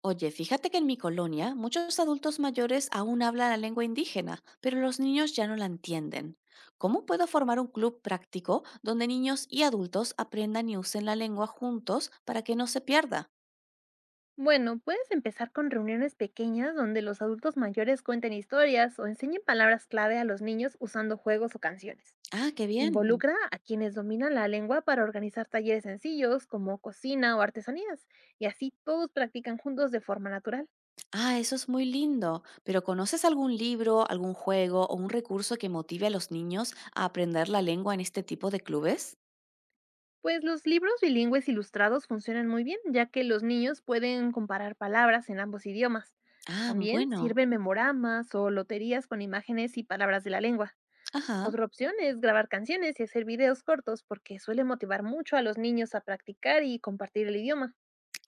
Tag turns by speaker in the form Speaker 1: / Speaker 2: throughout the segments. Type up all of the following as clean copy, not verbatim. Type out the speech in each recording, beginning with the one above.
Speaker 1: Oye, fíjate que en mi colonia muchos adultos mayores aún hablan la lengua indígena, pero los niños ya no la entienden. ¿Cómo puedo formar un club práctico donde niños y adultos aprendan y usen la lengua juntos para que no se pierda?
Speaker 2: Bueno, puedes empezar con reuniones pequeñas donde los adultos mayores cuenten historias o enseñen palabras clave a los niños usando juegos o canciones.
Speaker 1: Ah, qué bien.
Speaker 2: Involucra a quienes dominan la lengua para organizar talleres sencillos como cocina o artesanías, y así todos practican juntos de forma natural.
Speaker 1: Ah, eso es muy lindo. Pero ¿conoces algún libro, algún juego o un recurso que motive a los niños a aprender la lengua en este tipo de clubes?
Speaker 2: Pues los libros bilingües ilustrados funcionan muy bien, ya que los niños pueden comparar palabras en ambos idiomas.
Speaker 1: Ah,
Speaker 2: También
Speaker 1: bueno.
Speaker 2: sirven memoramas o loterías con imágenes y palabras de la lengua.
Speaker 1: Ajá.
Speaker 2: Otra opción es grabar canciones y hacer videos cortos porque suele motivar mucho a los niños a practicar y compartir el idioma.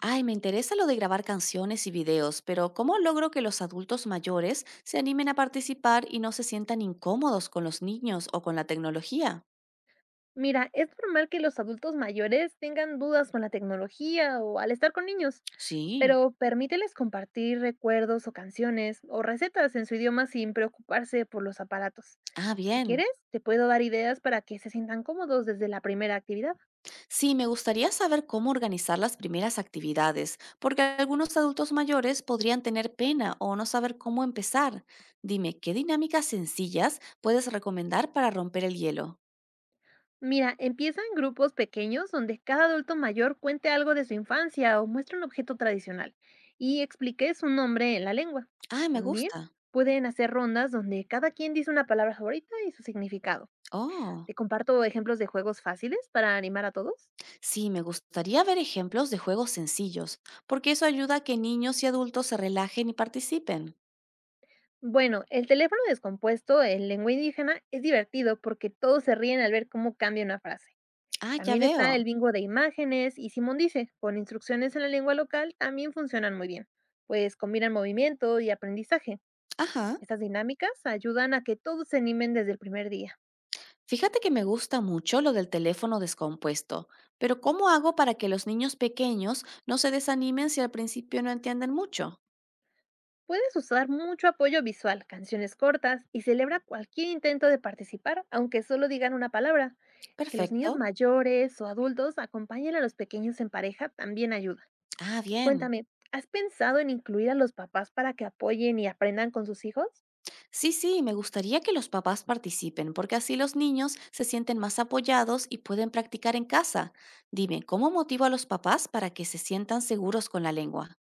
Speaker 1: Ay, me interesa lo de grabar canciones y videos, pero ¿cómo logro que los adultos mayores se animen a participar y no se sientan incómodos con los niños o con la tecnología?
Speaker 2: Mira, es normal que los adultos mayores tengan dudas con la tecnología o al estar con niños,
Speaker 1: Sí.
Speaker 2: pero permíteles compartir recuerdos o canciones o recetas en su idioma sin preocuparse por los aparatos.
Speaker 1: Ah,
Speaker 2: Si
Speaker 1: bien.
Speaker 2: quieres, te puedo dar ideas para que se sientan cómodos desde la primera actividad.
Speaker 1: Sí, me gustaría saber cómo organizar las primeras actividades, porque algunos adultos mayores podrían tener pena o no saber cómo empezar. Dime, ¿qué dinámicas sencillas puedes recomendar para romper el hielo?
Speaker 2: Mira, empieza en grupos pequeños donde cada adulto mayor cuente algo de su infancia o muestre un objeto tradicional y explique su nombre en la lengua.
Speaker 1: Ah, me
Speaker 2: También
Speaker 1: gusta.
Speaker 2: pueden hacer rondas donde cada quien dice una palabra favorita y su significado.
Speaker 1: Oh.
Speaker 2: Te comparto ejemplos de juegos fáciles para animar a todos.
Speaker 1: Sí, me gustaría ver ejemplos de juegos sencillos, porque eso ayuda a que niños y adultos se relajen y participen.
Speaker 2: Bueno, el teléfono descompuesto en lengua indígena es divertido porque todos se ríen al ver cómo cambia una frase.
Speaker 1: Ah, ya
Speaker 2: También está
Speaker 1: veo.
Speaker 2: el bingo de imágenes y Simón dice, con instrucciones en la lengua local también funcionan muy bien, pues combinan movimiento y aprendizaje.
Speaker 1: Ajá.
Speaker 2: Estas dinámicas ayudan a que todos se animen desde el primer día.
Speaker 1: Fíjate que me gusta mucho lo del teléfono descompuesto, pero ¿cómo hago para que los niños pequeños no se desanimen si al principio no entienden mucho?
Speaker 2: Puedes usar mucho apoyo visual, canciones cortas y celebra cualquier intento de participar, aunque solo digan una palabra. Que los niños
Speaker 1: Perfecto.
Speaker 2: mayores o adultos acompañen a los pequeños en pareja también ayuda.
Speaker 1: Ah, bien.
Speaker 2: Cuéntame, ¿has pensado en incluir a los papás para que apoyen y aprendan con sus hijos?
Speaker 1: Sí, sí, me gustaría que los papás participen, porque así los niños se sienten más apoyados y pueden practicar en casa. Dime, ¿cómo motivo a los papás para que se sientan seguros con la lengua?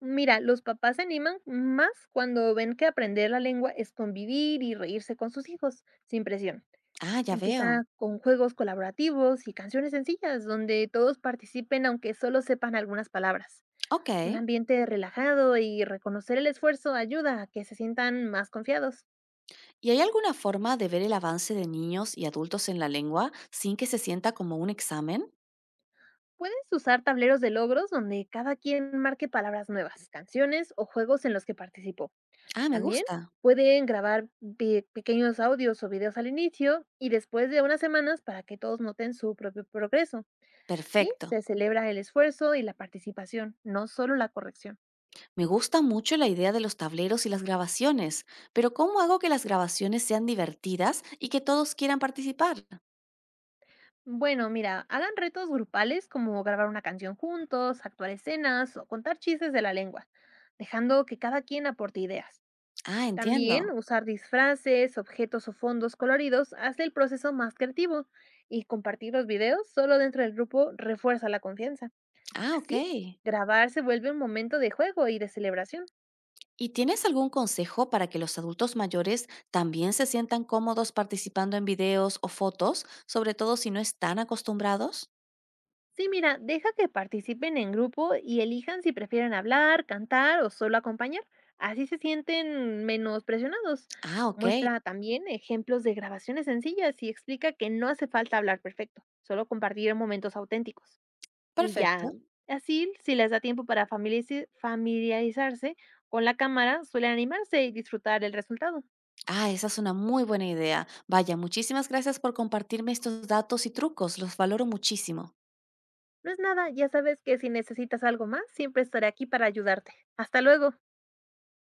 Speaker 2: Mira, los papás se animan más cuando ven que aprender la lengua es convivir y reírse con sus hijos, sin presión.
Speaker 1: Ah, ya veo.
Speaker 2: Empieza con juegos colaborativos y canciones sencillas, donde todos participen aunque solo sepan algunas palabras.
Speaker 1: Ok.
Speaker 2: Un ambiente relajado y reconocer el esfuerzo ayuda a que se sientan más confiados.
Speaker 1: ¿Y hay alguna forma de ver el avance de niños y adultos en la lengua sin que se sienta como un examen?
Speaker 2: Puedes usar tableros de logros donde cada quien marque palabras nuevas, canciones o juegos en los que participó.
Speaker 1: Ah, me
Speaker 2: También
Speaker 1: gusta.
Speaker 2: pueden grabar pequeños audios o videos al inicio y después de unas semanas para que todos noten su propio progreso. Así
Speaker 1: Perfecto.
Speaker 2: se celebra el esfuerzo y la participación, no solo la corrección.
Speaker 1: Me gusta mucho la idea de los tableros y las grabaciones, pero ¿cómo hago que las grabaciones sean divertidas y que todos quieran participar?
Speaker 2: Bueno, mira, hagan retos grupales como grabar una canción juntos, actuar escenas o contar chistes de la lengua, dejando que cada quien aporte ideas.
Speaker 1: Ah,
Speaker 2: También
Speaker 1: entiendo.
Speaker 2: usar disfraces, objetos o fondos coloridos hace el proceso más creativo y compartir los videos solo dentro del grupo refuerza la confianza.
Speaker 1: Ah, ok.
Speaker 2: Así, grabar se vuelve un momento de juego y de celebración.
Speaker 1: ¿Y tienes algún consejo para que los adultos mayores también se sientan cómodos participando en videos o fotos, sobre todo si no están acostumbrados?
Speaker 2: Sí, mira, deja que participen en grupo y elijan si prefieren hablar, cantar o solo acompañar. Así se sienten menos presionados.
Speaker 1: Ah, ok.
Speaker 2: Muestra también ejemplos de grabaciones sencillas y explica que no hace falta hablar perfecto, solo compartir momentos auténticos. Y ya,
Speaker 1: Perfecto.
Speaker 2: así, si les da tiempo para familiarizarse con la cámara, suelen animarse y disfrutar el resultado.
Speaker 1: Ah, esa es una muy buena idea. Vaya, muchísimas gracias por compartirme estos datos y trucos, los valoro muchísimo.
Speaker 2: No es nada, ya sabes que si necesitas algo más, siempre estaré aquí para ayudarte. Hasta luego.